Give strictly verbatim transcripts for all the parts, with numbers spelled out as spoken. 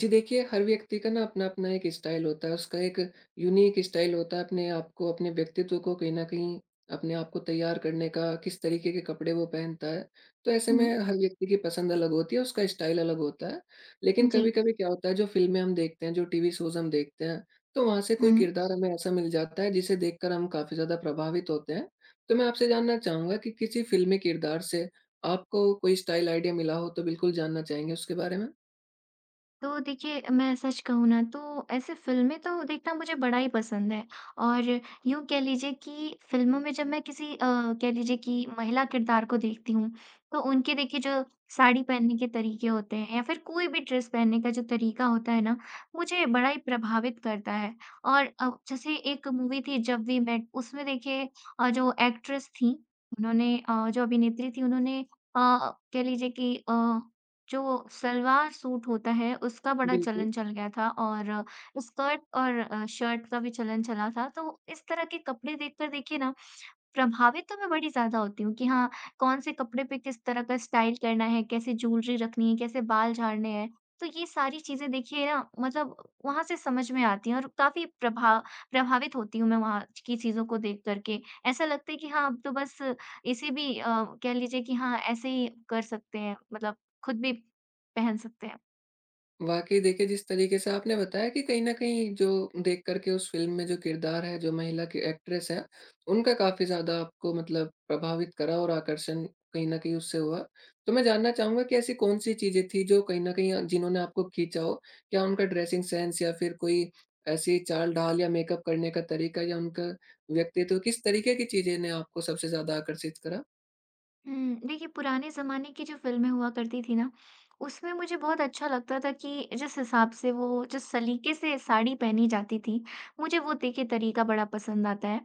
जी देखिए, हर व्यक्ति का ना अपना-अपना एक स्टाइल होता है, उसका एक यूनिक स्टाइल होता है, अपने आप को, अपने व्यक्तित्व को कहीं न कहीं अपने आप को तैयार करने का, किस तरीके के कपड़े वो पहनता है। तो ऐसे हुँ, में हर व्यक्ति की पसंद अलग होती है, उसका स्टाइल अलग होता है। लेकिन जी। कभी-कभी क्या होता है, जो फ़िल्में हम देखते हैं, जो टीवी शोज़ हम देखते हैं, तो वहाँ से कोई हुँ। किरदार हमें ऐसा मिल जाता है, जिसे देखकर हम काफ़ी ज़्यादा प्रभावित होते हैं। तो मैं आपसे जानना चाहूँगा कि किसी फ़िल्मी किरदार से आपको कोई स्टाइल आइडिया मिला हो, तो बिल्कुल जानना चाहेंगे उसके बारे में? तो देखिए मैं सच कहूँ ना तो ऐसे फ़िल्में तो देखना मुझे बड़ा ही पसंद है और यूँ कह लीजिए कि फ़िल्मों में जब मैं किसी अ, कह लीजिए कि महिला किरदार को देखती हूँ, तो उनके देखिए जो साड़ी पहनने के तरीके होते हैं या फिर कोई भी ड्रेस पहनने का जो तरीका होता है ना, मुझे बड़ा ही प्रभावित करता है। और अ, जैसे एक मूवी थी जब वी मेट उसमें देखिए अ, जो एक्ट्रेस थीं, उन्होंने अ, जो अभिनेत्री थी उन्होंने अ, कह लीजिए कि अ जो सलवार सूट होता है, उसका बड़ा बिल्कुल। चलन चल गया था और स्कर्ट और अ, शर्ट का भी चलन चला था। तो इस तरह के कपड़े देखकर देखिए ना प्रभावित तो मैं बड़ी ज़्यादा होती हूँ कि हाँ, कौन से कपड़े पे किस तरह का स्टाइल करना है, कैसे ज्वेलरी रखनी है, कैसे बाल झाड़ने हैं। तो ये सारी चीज़ें देखिए ना मतलब वहाँ से समझ में आती हैं और काफ़ी प्रभा प्रभावित होती हूँ मैं वहाँ की चीज़ों को देख कर के। ऐसा लगता है कि हाँ, अब तो बस इसे भी अ, कह लीजिए कि हाँ, ऐसे ही कर सकते हैं, मतलब खुद भी पहन सकते हैं। वाक़ई देखिए, जिस तरीके से आपने बताया कि कहीं न कहीं जो देख कर के उस फ़िल्म में जो किरदार है, जो महिला की एक्ट्रेस है, उनका काफ़ी ज़्यादा आपको मतलब प्रभावित करा और आकर्षण कहीं न कहीं उससे हुआ। तो मैं जानना चाहूँगा कि ऐसी कौन-सी चीज़ें थी जो कहीं न कहीं अ, जिन्होंने आपको खींचा हो? क्या उनका ड्रेसिंग सेंस या फिर कोई ऐसी चाल-ढाल या मेकअप करने का तरीका या उनका व्यक्तित्व, किस तरीके की चीज़ें ने आपको सबसे ज़्यादा आकर्षित करा? हुँ, देखिए पुराने ज़माने की जो फ़िल्में हुआ करती थी ना, उसमें मुझे बहुत अच्छा लगता था कि जिस हिसाब से वो जिस सलीके से साड़ी पहनी जाती थी, मुझे वो देखिए तरीका बड़ा पसंद आता है।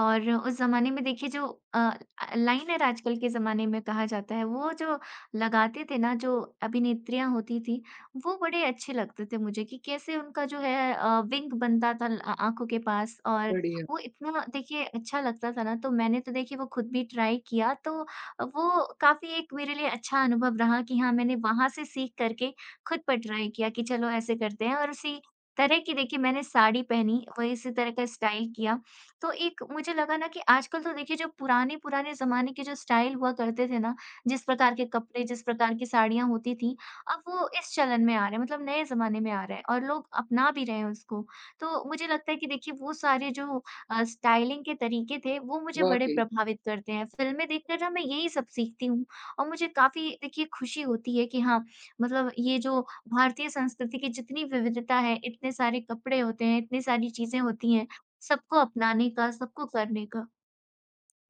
और उस ज़माने में देखिए जो अ, अ, लाइनर आजकल के ज़माने में कहा जाता है, वो जो लगाते थे ना जो अभिनेत्रियाँ होती थी, वो बड़े अच्छे लगते थे मुझे कि कैसे उनका जो है अ, विंग बनता था अ, आँखों के पास और बढ़िया, वो इतना देखिए अच्छा लगता था ना, तो मैंने तो देखिए वो खुद भी ट्राई किया तो वो काफ़ी एक मेरे लिए अच्छा अनुभव रहा कि हाँ, मैंने वहाँ से सीख कर के खुद पर ट्राई किया कि चलो ऐसे करते हैं और उसी तरह की देखिए मैंने साड़ी पहनी, वही इसी तरह का स्टाइल किया। तो एक मुझे लगा ना कि आजकल तो देखिए जो पुराने-पुराने ज़माने के जो स्टाइल हुआ करते थे ना, जिस प्रकार के कपड़े, जिस प्रकार की साड़ियाँ होती थीं, अब वो इस चलन में आ रहे हैं, मतलब नए ज़माने में आ रहा है और लोग अपना भी रहे हैं उसको। तो मुझे लगता है कि देखिए वो सारे जो अ, स्टाइलिंग के तरीके थे, वो मुझे बड़े वाक़ई। प्रभावित करते हैं। फ़िल्में देखकर ना मैं यही सब सीखती हूँ और मुझे काफ़ी देखिए खुशी होती है कि हाँ, मतलब ये जो भारतीय संस्कृति की जितनी विविधता है, इतने सारे कपड़े होते हैं, इतनी सारी चीज़ें होती हैं, सबको अपनाने का, सबको करने का।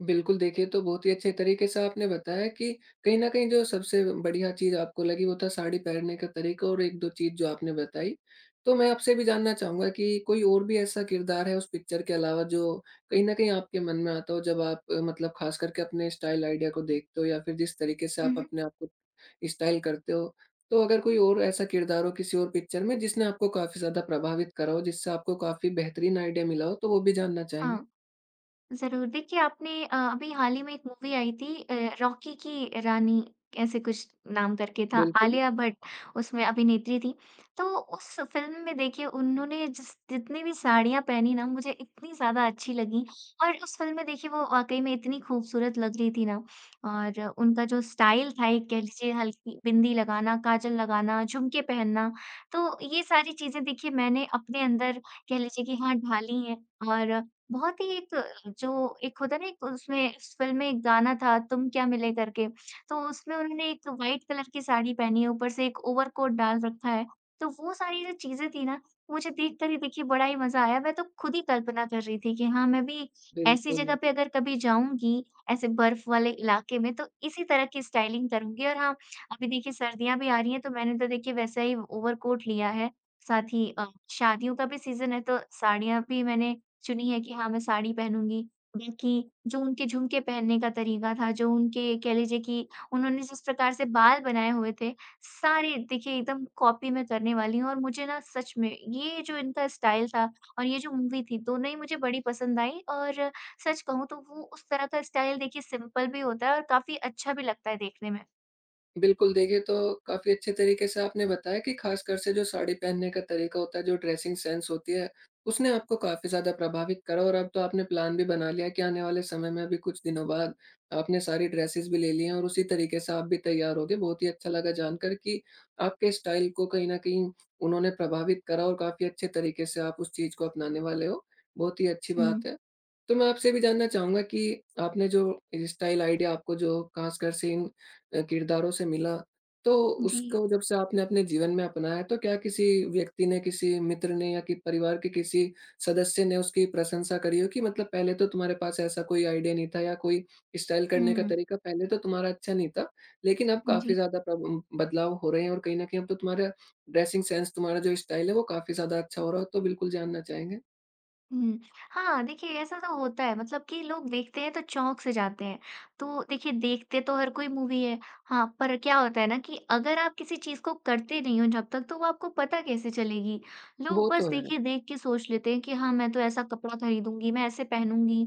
बिल्कुल, देखिए तो बहुत ही अच्छे तरीके से आपने बताया कि कहीं न कहीं जो सबसे बढ़िया चीज़ आपको लगी वो था साड़ी पहनने का तरीका और एक दो चीज़ जो आपने बताई। तो मैं आपसे भी जानना चाहूँगा कि कोई और भी ऐसा किरदार है उस पिक्चर के अलावा जो कहीं न कहीं आपके मन में आता हो जब आप अ, मतलब ख़ास करके अपने स्टाइल आइडिया को देखते हो या फिर जिस तरीके से आप हुँ, हुँ। अपने आप को स्टाइल करते हो? तो अगर कोई और ऐसा किरदार हो किसी और पिक्चर में जिसने आपको काफ़ी ज़्यादा प्रभावित करा हो, जिससे आपको काफ़ी बेहतरीन आइडिया मिला हो, तो वो भी जानना चाहेंगे? हाँ। ज़रूर। देखिए आपने अ, अभी हाल ही में एक मूवी आई थी अ, रॉकी की रानी ऐसे कुछ नाम करके था, बिल्कुल, आलिया भट्ट उसमें अभिनेत्री थी। तो उस फ़िल्म में देखिए उन्होंने जिस जितनी भी साड़ियाँ पहनी ना मुझे इतनी ज़्यादा अच्छी लगी और उस फ़िल्म में देखिए वो वाक़ई में इतनी खूबसूरत लग रही थी ना और उनका जो स्टाइल था एक कह लीजिए हल्की बिंदी लगाना, काजल लगाना, झुमके पहनना, तो ये सारी चीज़ें देखिए मैंने अपने अंदर कह लीजिए कि हाँ, ढाली हैं और बहुत ही एक जो एक होता है ना एक उसमें उस फ़िल्म में एक गाना था तुम क्या मिले करके, तो उसमें उन्होंने एक वाइट कलर की साड़ी पहनी है, ऊपर से एक ओवरकोट डाल रखा है। तो वो सारी जो चीज़ें थी ना, मुझे देखकर ही देखिए बड़ा ही मज़ा आया। मैं तो खुद ही कल्पना कर रही थी कि हाँ, मैं भी ऐसी जगह बिल्कुल। पे अगर कभी जाऊँगी, ऐसे बर्फ वाले इलाके में तो इसी तरह की स्टाइलिंग करूँगी। और हाँ, अभी देखिए सर्दियाँ भी आ रही हैं तो मैंने तो देखिए वैसा ही ओवरकोट लिया है। साथ ही अ, शादियों का भी सीज़न है तो साड़ियाँ भी मैंने चुनी है कि हाँ, मैं साड़ी पहनूँगी। बाकी जो उनके झुमके पहनने का तरीका था, जो उनके कह लीजिए कि उन्होंने जिस प्रकार से बाल बनाए हुए थे, सारे देखिए एकदम कॉपी मैं करने वाली हूँ और मुझे ना सच में ये जो इनका स्टाइल था और ये जो मूवी थी, दोनों ही मुझे बड़ी पसंद आई और सच कहूँ तो वो उस तरह का स्टाइल देखिए सिंपल भी होता है और काफ़ी अच्छा भी लगता है देखने में। बिल्कुल, देखिए तो काफ़ी अच्छे तरीके से आपने बताया कि ख़ासकर से जो साड़ी पहनने का तरीका होता है, जो ड्रेसिंग सेंस होती है, उसने आपको काफ़ी ज़्यादा प्रभावित करा और अब तो आपने प्लान भी बना लिया कि आने वाले समय में अभी कुछ दिनों बाद आपने सारी ड्रेसेस भी ले ली हैं और उसी तरीके से आप भी तैयार होगे। बहुत ही अच्छा लगा जानकर कि आपके स्टाइल को कहीं न कहीं उन्होंने प्रभावित करा और काफ़ी अच्छे तरीके से आप उस चीज़ को अपनाने वाले हो, बहुत ही अच्छी हुँ। बात है। तो मैं आपसे भी जानना चाहूँगा कि आपने जो स्टाइल आइडिया आपको जो ख़ासकर से इन अ, किरदारों से मिला, तो जी। उसको जब से आपने अपने जीवन में अपनाया, तो क्या किसी व्यक्ति ने, किसी मित्र ने या कि परिवार के किसी सदस्य ने उसकी प्रशंसा करी हो कि मतलब पहले तो तुम्हारे पास ऐसा कोई आइडिया नहीं था या कोई स्टाइल करने का हुँ। तरीका पहले तो तुम्हारा अच्छा नहीं था, लेकिन अब जी। काफ़ी ज़्यादा प्रब बदलाव हो रहे हैं और कहीं न कहीं अब तो तुम्हारा ड्रेसिंग सेंस, तुम्हारा जो स्टाइल है, वो काफ़ी ज़्यादा अच्छा हो रहा हो, तो बिल्कुल जानना चाहेंगे? हुँ। हाँ, देखिए ऐसा तो होता है मतलब कि लोग देखते हैं तो चौंक से जाते हैं। तो देखिए देखते तो हर कोई मूवी है। हाँ, पर क्या होता है ना कि अगर आप किसी चीज़ को करते नहीं हो जब तक तो वो आपको पता कैसे चलेगी? लोग वो बस तो है। देखिए देख के सोच लेते हैं कि हाँ, मैं तो ऐसा कपड़ा खरीदूँगी, मैं ऐसे पहनूँगी,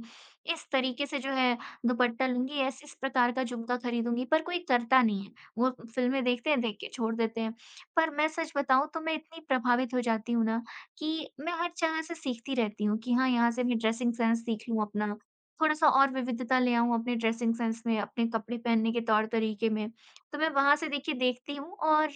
इस तरीके से जो है दुपट्टा लूँगी, ऐसे इस प्रकार का झुमका खरीदूँगी पर कोई करता नहीं है। वो फ़िल्में देखते हैं, देख के छोड़ देते हैं। पर मैं सच बताऊँ तो मैं इतनी प्रभावित हो जाती हूँ ना कि मैं हर जगह से सीखती रहती हूँ कि हाँ, यहाँ से मैं ड्रेसिंग सेंस सीख लूँ अपना, थोड़ा-सा और विविधता ले आऊँ अपने ड्रेसिंग सेंस में, अपने कपड़े पहनने के तौर-तरीके में। तो मैं वहाँ से देखिए देखती हूँ और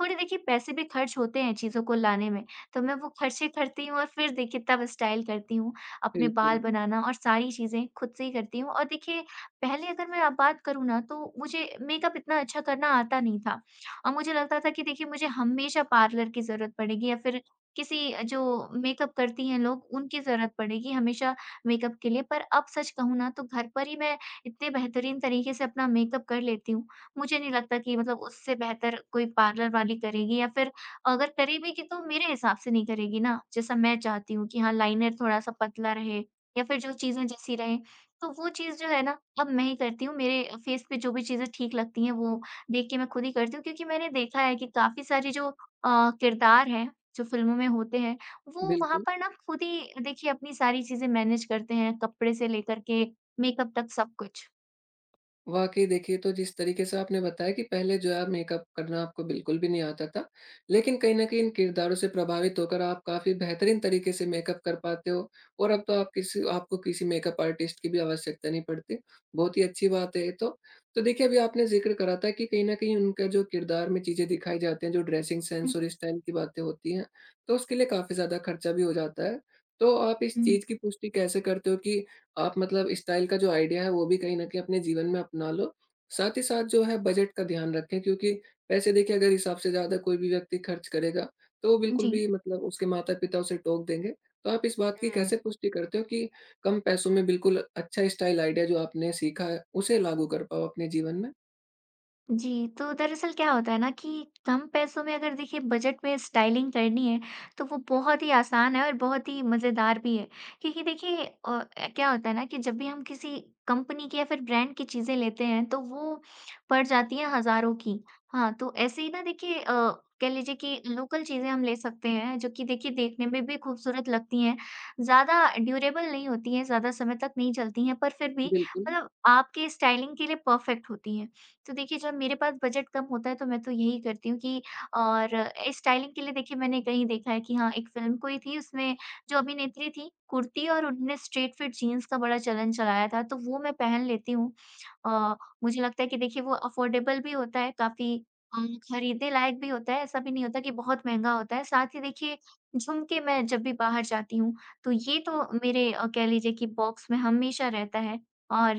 थोड़े देखिए पैसे भी खर्च होते हैं चीज़ों को लाने में, तो मैं वो खर्चे करती हूँ और फिर देखिए तब स्टाइल करती हूँ, अपने बाल बिल्कुल, बनाना और सारी चीज़ें खुद से ही करती हूँ। और देखिए पहले अगर मैं अब बात करूँ ना, तो मुझे मेकअप इतना अच्छा करना आता नहीं था और मुझे लगता था कि देखिए मुझे हमेशा पार्लर की ज़रूरत पड़ेगी या फिर किसी जो मेकअप करती हैं लोग उनकी ज़रूरत पड़ेगी हमेशा मेकअप के लिए। पर अब सच कहूँ ना तो घर पर ही मैं इतने बेहतरीन तरीके से अपना मेकअप कर लेती हूँ। मुझे नहीं लगता कि मतलब उससे बेहतर कोई पार्लर वाली करेगी या फिर अगर करेगी तो मेरे हिसाब से नहीं करेगी ना, जैसा मैं चाहती हूँ कि हाँ लाइनर थोड़ा-सा पतला रहे या फिर जो चीज़ें जैसी रहें। तो वो चीज़ जो है ना अब मैं ही करती हूँ। मेरे फेस पे जो भी चीज़ें ठीक लगती हैं वो देख के मैं खुद ही करती हूँ क्योंकि मैंने देखा है कि काफ़ी सारी जो अ, किरदार हैं जो फ़िल्मों में होते हैं, वो वहाँ बिल्कुल। पर ना खुद ही देखिए अपनी सारी चीज़ें मैनेज करते हैं, कपड़े से लेकर के मेकअप तक सब कुछ। वाक़ई देखिए, तो जिस तरीके से आपने बताया कि पहले जो है मेकअप करना आपको बिल्कुल भी नहीं आता था। लेकिन कहीं न कहीं इन किरदारों से प्रभावित होकर आप काफ़ी बेहतरीन तरीके से मेकअप कर पाते हो और अब तो आप किसी आपको किसी मेकअप आर्टिस्ट की भी आवश्यकता नहीं पड़ती। बहुत ही अच्छी बात है ये तो। तो देखिए, अभी आपने ज़िक्र करा था कि कहीं न कहीं उनका जो किरदार में चीज़ें दिखाई जाती हैं, जो ड्रेसिंग हुँ, सेंस हुँ। और स्टाइल की बातें होती हैं, तो उसके लिए काफ़ी ज़्यादा खर्चा भी हो जाता है। तो आप इस हुँ। चीज़ की पुष्टि कैसे करते हो कि आप मतलब स्टाइल का जो आइडिया है वो भी कहीं न कहीं अपने जीवन में अपना लो। साथ ही साथ जो है बजट का ध्यान रखें क्योंकि पैसे देखिए अगर हिसाब से ज़्यादा कोई भी व्यक्ति खर्च करेगा, तो वो बिल्कुल जी। भी मतलब उसके माता-पिता उसे टोक देंगे। तो आप इस बात की हुँ। कैसे पुष्टि करते हो कि कम पैसों में बिल्कुल अच्छा स्टाइल आइडिया जो आपने सीखा है, उसे लागू कर पाओ अपने जीवन में? जी, तो दरअसल क्या होता है ना कि कम पैसों में अगर देखिए बजट में स्टाइलिंग करनी है, तो वो बहुत ही आसान है और बहुत ही मज़ेदार भी है। क्योंकि देखिए अ, क्या होता है ना कि जब भी हम किसी कंपनी की या फिर ब्रांड की चीज़ें लेते हैं, तो वो पड़ जाती हैं हज़ारों की। हाँ, तो ऐसे ही ना देखिए अ, कह लीजिए कि लोकल चीज़ें हम ले सकते हैं, जो कि देखिए देखने में भी खूबसूरत लगती हैं। ज़्यादा ड्यूरेबल नहीं होती हैं, ज़्यादा समय तक नहीं चलती हैं, पर फिर भी बिल्कुल, मतलब आपके स्टाइलिंग के लिए परफ़ेक्ट होती हैं। तो देखिए जब मेरे पास बजट कम होता है तो मैं तो यही करती हूँ कि और स्टाइलिंग के लिए देखिए मैंने कहीं देखा है कि हाँ एक फ़िल्म कोई थी उसमें जो अभिनेत्री थी कुर्ती और उन्होंने स्ट्रेट फिट जीन्स का बड़ा चलन चलाया था तो वो मैं पहन लेती हूँ। अ, मुझे लगता है कि देखिए वो अफ़ोर्डेबल भी होता है काफ़ी अ, खरीदने लायक भी होता है, ऐसा भी नहीं होता कि बहुत महँगा होता है। साथ ही देखिए झुमके मैं जब भी बाहर जाती हूँ तो ये तो मेरे अ, कह लीजिए कि बॉक्स में हमेशा रहता है और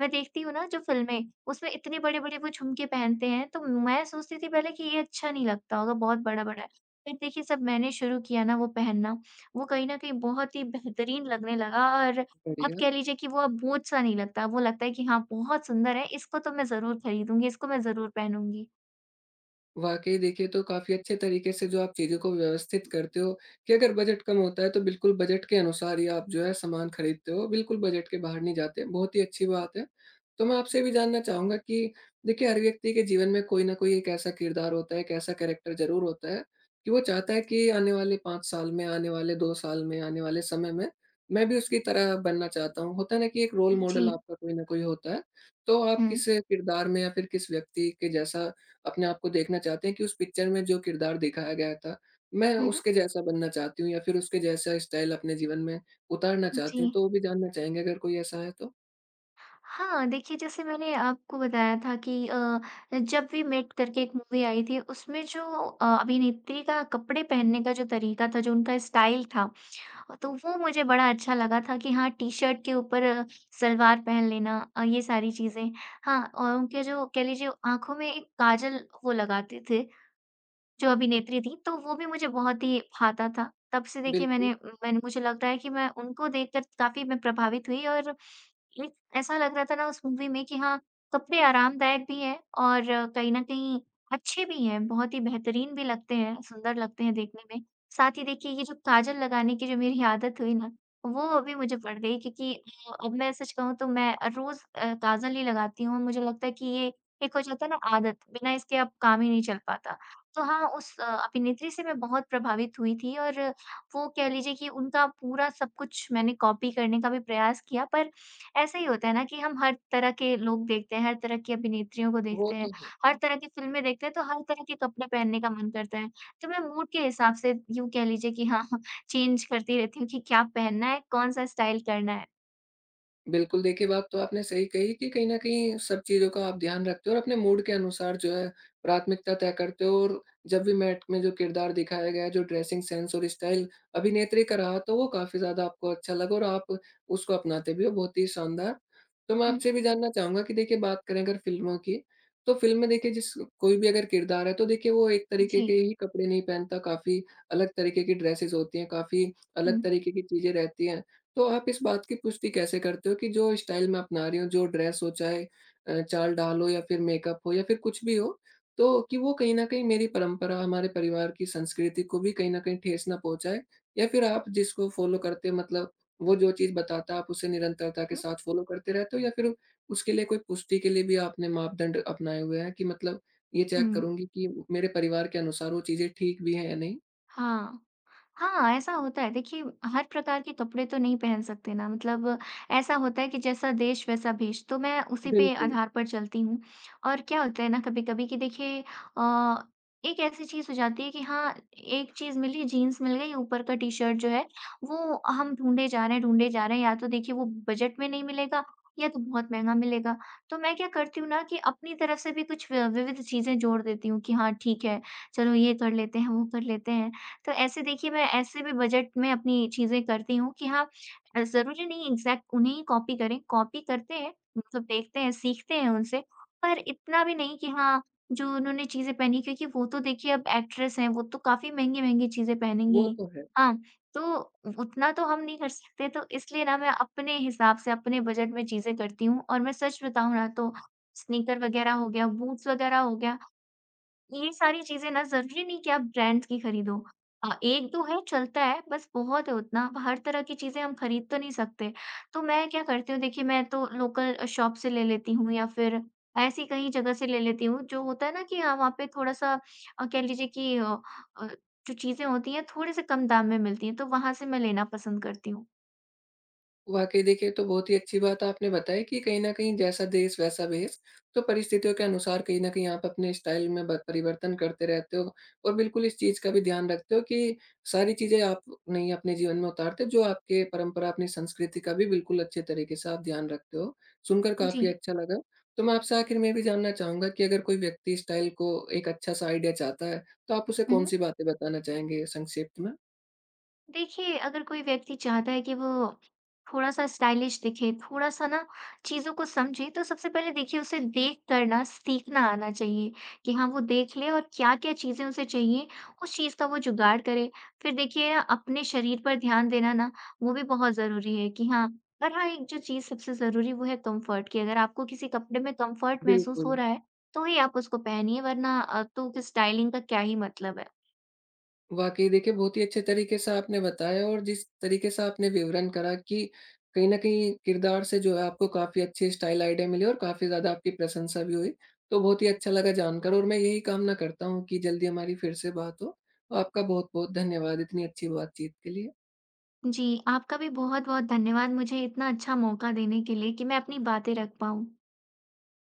मैं देखती हूँ ना जो फ़िल्में, उसमें इतने बड़े-बड़े वो झुमके पहनते हैं, तो मैं सोचती थी पहले कि ये अच्छा नहीं लगता होगा, बहुत बड़ा-बड़ा है। फिर देखिए जब मैंने शुरू किया ना वो पहनना, वो कहीं न कहीं बहुत ही बेहतरीन लगने लगा और आप बढ़िया। कह लीजिए कि वो अब बोझ-सा नहीं लगता, वो लगता है कि हाँ, बहुत सुंदर है, इसको तो मैं ज़रूर खरीदूँगी, इसको मैं ज़रूर पहनूँगी। वाक़ई देखिए, तो काफ़ी अच्छे तरीके से जो आप चीज़ों को व्यवस्थित करते हो कि अगर बजट कम होता है, तो बिल्कुल बजट के अनुसार ही आप जो है सामान खरीदते हो, बिल्कुल बजट के बाहर नहीं जाते, बहुत ही अच्छी बात है। तो मैं आपसे ये भी जानना चाहूँगा कि देखिए, हर व्यक्ति के जीवन में कोई न कोई एक ऐसा किरदार होता है, एक ऐसा कैरेक्टर ज़रूर होता है कि वो चाहता है कि आने वाले पाँच साल में, आने वाले दो साल में, आने वाले समय में, मैं भी उसकी तरह बनना चाहता हूँ। होता है ना कि एक रोल जी। मॉडल आपका कोई न कोई होता है, तो आप हुँ। किस किरदार में या फिर किस व्यक्ति के जैसा अपने आप को देखना चाहते हैं कि उस पिक्चर में जो किरदार दिखाया गया था, मैं हुँ, हुँ। उसके जैसा बनना चाहती हूँ या फिर उसके जैसा स्टाइल अपने जीवन में उतारना जी। चाहती हूँ, तो वो भी जानना चाहेंगे अगर कोई ऐसा है तो? हाँ, देखिए जैसे मैंने आपको बताया था कि अ, जब वी मेट करके एक मूवी आई थी उसमें जो अ, अभिनेत्री का कपड़े पहनने का जो तरीका था, जो उनका स्टाइल था, तो वो मुझे बड़ा अच्छा लगा था कि हाँ, टी-शर्ट के ऊपर अ, सलवार पहन लेना अ, ये सारी चीज़ें। हाँ, और उनके जो कह लीजिए आँखों में एक काजल वो लगाते थे जो अभिनेत्री थी, तो वो भी मुझे बहुत ही भाता था। तब से देखिए मैंने बिल्कुल, मैंने मुझे लगता है कि मैं उनको देखकर काफ़ी मैं प्रभावित हुई और एक ऐसा लग रहा था ना उस मूवी में कि हाँ, कपड़े आरामदायक भी हैं और कहीं न कहीं अच्छे भी हैं, बहुत ही बेहतरीन भी लगते हैं, सुंदर लगते हैं देखने में। साथ ही देखिए ये जो काजल लगाने की जो मेरी आदत हुई ना, वो अभी मुझे पड़ गई क्योंकि अ, अब मैं सच कहूँ तो मैं रोज़ अ, काजल ही लगाती हूँ। मुझे लगता है कि ये एक हो जाता है ना आदत, बिना इसके अब काम ही नहीं चल पाता। तो हाँ, उस अ, अभिनेत्री से मैं बहुत प्रभावित हुई थी और वो कह लीजिए कि उनका पूरा सब कुछ मैंने कॉपी करने का भी प्रयास किया, पर ऐसा ही होता है ना कि हम हर तरह के लोग देखते हैं, हर तरह की अभिनेत्रियों को वो देखते हैं, तो हर तरह की फ़िल्में देखते हैं, तो हर तरह के कपड़े पहनने का मन करता है। तो मैं मूड के हिसाब से यूँ कह लीजिए कि हाँ, चेंज करती रहती हूँ कि क्या पहनना है, कौन-सा स्टाइल करना है। बिल्कुल, देखिए बात तो आपने सही कही कि कहीं न कहीं सब चीज़ों का आप ध्यान रखते हो और अपने मूड के अनुसार जो है प्राथमिकता तय करते हो और जब भी मैट में जो किरदार दिखाया गया है, जो ड्रेसिंग सेंस और स्टाइल अभिनेत्री का रहा तो वो काफ़ी ज़्यादा आपको अच्छा लगा और आप उसको अपनाते भी हो, बहुत ही शानदार। तो मैं हुँ। आपसे भी जानना चाहूँगा कि देखिए बात करें अगर फ़िल्मों की, तो फ़िल्म में देखिए जिस कोई भी अगर किरदार है तो देखिए वो एक तरीके जी। के ही कपड़े नहीं पहनता, काफ़ी अलग तरीके की ड्रेसेज़ होती हैं, काफ़ी हुँ। अलग तरीके की चीज़ें रहती हैं। तो आप इस बात की पुष्टि कैसे करते हो कि जो स्टाइल मैं अपना रही हूँ, जो ड्रेस हो चाहे अ, चाल-ढाल हो या फिर मेकअप हो या फिर कुछ भी हो, तो कि वो कहीं न कहीं मेरी परंपरा, हमारे परिवार की संस्कृति को भी कहीं न कहीं ठेस ना पहुँचाए? या फिर आप जिसको फ़ॉलो करते हो मतलब वो जो चीज़ बताता है आप उसे निरंतरता के हुँ, साथ फ़ॉलो करते रहते हो या फिर उसके लिए कोई पुष्टि के लिए भी आपने मापदंड अपनाए हुए हैं कि मतलब ये चेक हुँ। करूँगी कि मेरे परिवार के अनुसार वो चीज़ें ठीक भी हैं या नहीं? हाँ। हाँ, ऐसा होता है। देखिए, हर प्रकार के कपड़े तो नहीं पहन सकते ना, मतलब ऐसा होता है कि जैसा देश वैसा भेष, तो मैं उसी पे बिल्कुल। आधार पर चलती हूँ। और क्या होता है ना कभी-कभी कि देखिए अ, एक ऐसी चीज़ हो जाती है कि हाँ, एक चीज़ मिली, जीन्स मिल गई, ऊपर का टी-शर्ट जो है वो हम ढूँढे जा रहे हैं, ढूँढे जा रहे हैं, या तो देखिए वो बजट में नहीं मिलेगा या तो बहुत महँगा मिलेगा। तो मैं क्या करती हूँ ना कि अपनी तरफ से भी कुछ व विविध चीज़ें जोड़ देती हूँ कि हाँ, ठीक है, चलो ये कर लेते हैं, वो कर लेते हैं। तो ऐसे देखिए मैं ऐसे भी बजट में अपनी चीज़ें करती हूँ कि हाँ अ, ज़रूरी नहीं एग्ज़ैक्ट उन्हें ही कॉपी करें, कॉपी करते हैं मतलब देखते हैं, सीखते हैं उनसे, पर इतना भी नहीं कि हाँ, जो उन्होंने चीज़ें पहनी क्योंकि वो तो देखिए अब एक्ट्रेस हैं, वो तो काफ़ी महँगी-महँगी चीज़ें पहनेंगी वो ही। तो है। हाँ, तो उतना तो हम नहीं कर सकते तो इसलिए ना मैं अपने हिसाब से, अपने बजट में चीज़ें करती हूँ और मैं सच बताऊँ ना तो स्नीकर वग़ैरह हो गया, बूट्स वग़ैरह हो गया ये सारी चीज़ें ना ज़रूरी नहीं कि आप ब्रांड्स की खरीदो। अ, एक दो है चलता है बस बहुत है उतना, हर तरह की चीज़ें हम खरीद तो नहीं सकते। तो मैं क्या करती हूँ देखिए मैं तो लोकल शॉप से ले लेती हूँ या फिर ऐसी कहीं जगह से ले लेती हूँ जो होता है ना कि हाँ, वहाँ पे थोड़ा-सा अ, कह लीजिए कि अ अ, जो चीज़ें होती हैं थोड़े से कम दाम में मिलती हैं, तो वहाँ से मैं लेना पसंद करती हूँ। वाकई देखिए तो बहुत ही अच्छी बात आपने बताई कि कहीं न कहीं जैसा देश वैसा भेष, तो परिस्थितियों के अनुसार कहीं न कहीं आप अपने स्टाइल में ब परिवर्तन करते रहते हो और बिल्कुल इस चीज़ का भी ध्यान रखते हो कि सारी चीज़ें आप नहीं अपने जीवन में उतारते जो आपके परंपरा, अपनी संस्कृति का भी बिल्कुल अच्छे तरीके से आप ध्यान रखते हो। सुनकर जी। काफ़ी अच्छा लगा। तो मैं आपसे आखिर में ये भी जानना चाहूँगा कि अगर कोई व्यक्ति स्टाइल को एक अच्छा-सा आइडिया चाहता है, तो आप उसे हुँ, हुँ। कौन-सी बातें बताना चाहेंगे संक्षिप्त में? देखिए, अगर कोई व्यक्ति चाहता है कि वो थोड़ा-सा स्टाइलिश दिखे, थोड़ा-सा ना चीज़ों को समझे, तो सबसे पहले देखिए उसे देख कर ना सीखना आना चाहिए कि हाँ, वो देख ले और क्या-क्या चीज़ें उसे चाहिए, उस चीज़ का वो जुगाड़ करे। फिर देखिए ना अपने शरीर पर ध्यान देना ना, वो भी बहुत ज़रूरी है कि हाँ और हाँ, एक जो चीज़ सबसे ज़रूरी वो है कम्फ़र्ट कि अगर आपको किसी कपड़े में कम्फ़र्ट महसूस हो बिल्कुल। रहा है, तो ही आप उसको पहनिए वरना अ, तो स्टाइलिंग का क्या ही मतलब है। वाक़ई देखिए, बहुत ही अच्छे तरीके से आपने बताया और जिस तरीके से आपने विवरण करा कि कहीं न कहीं किरदार से जो है आपको काफ़ी अच्छी स्टाइल आइडिया मिली और काफ़ी ज़्यादा आपकी प्रशंसा भी हुई। तो बहुत ही अच्छा लगा जानकर और मैं यही कामना करता हूँ कि जल्दी हमारी फिर से बात हो। आपका बहुत-बहुत धन्यवाद इतनी अच्छी बातचीत के लिए। जी, आपका भी बहुत-बहुत धन्यवाद मुझे इतना अच्छा मौका देने के लिए कि मैं अपनी बातें रख पाऊँ।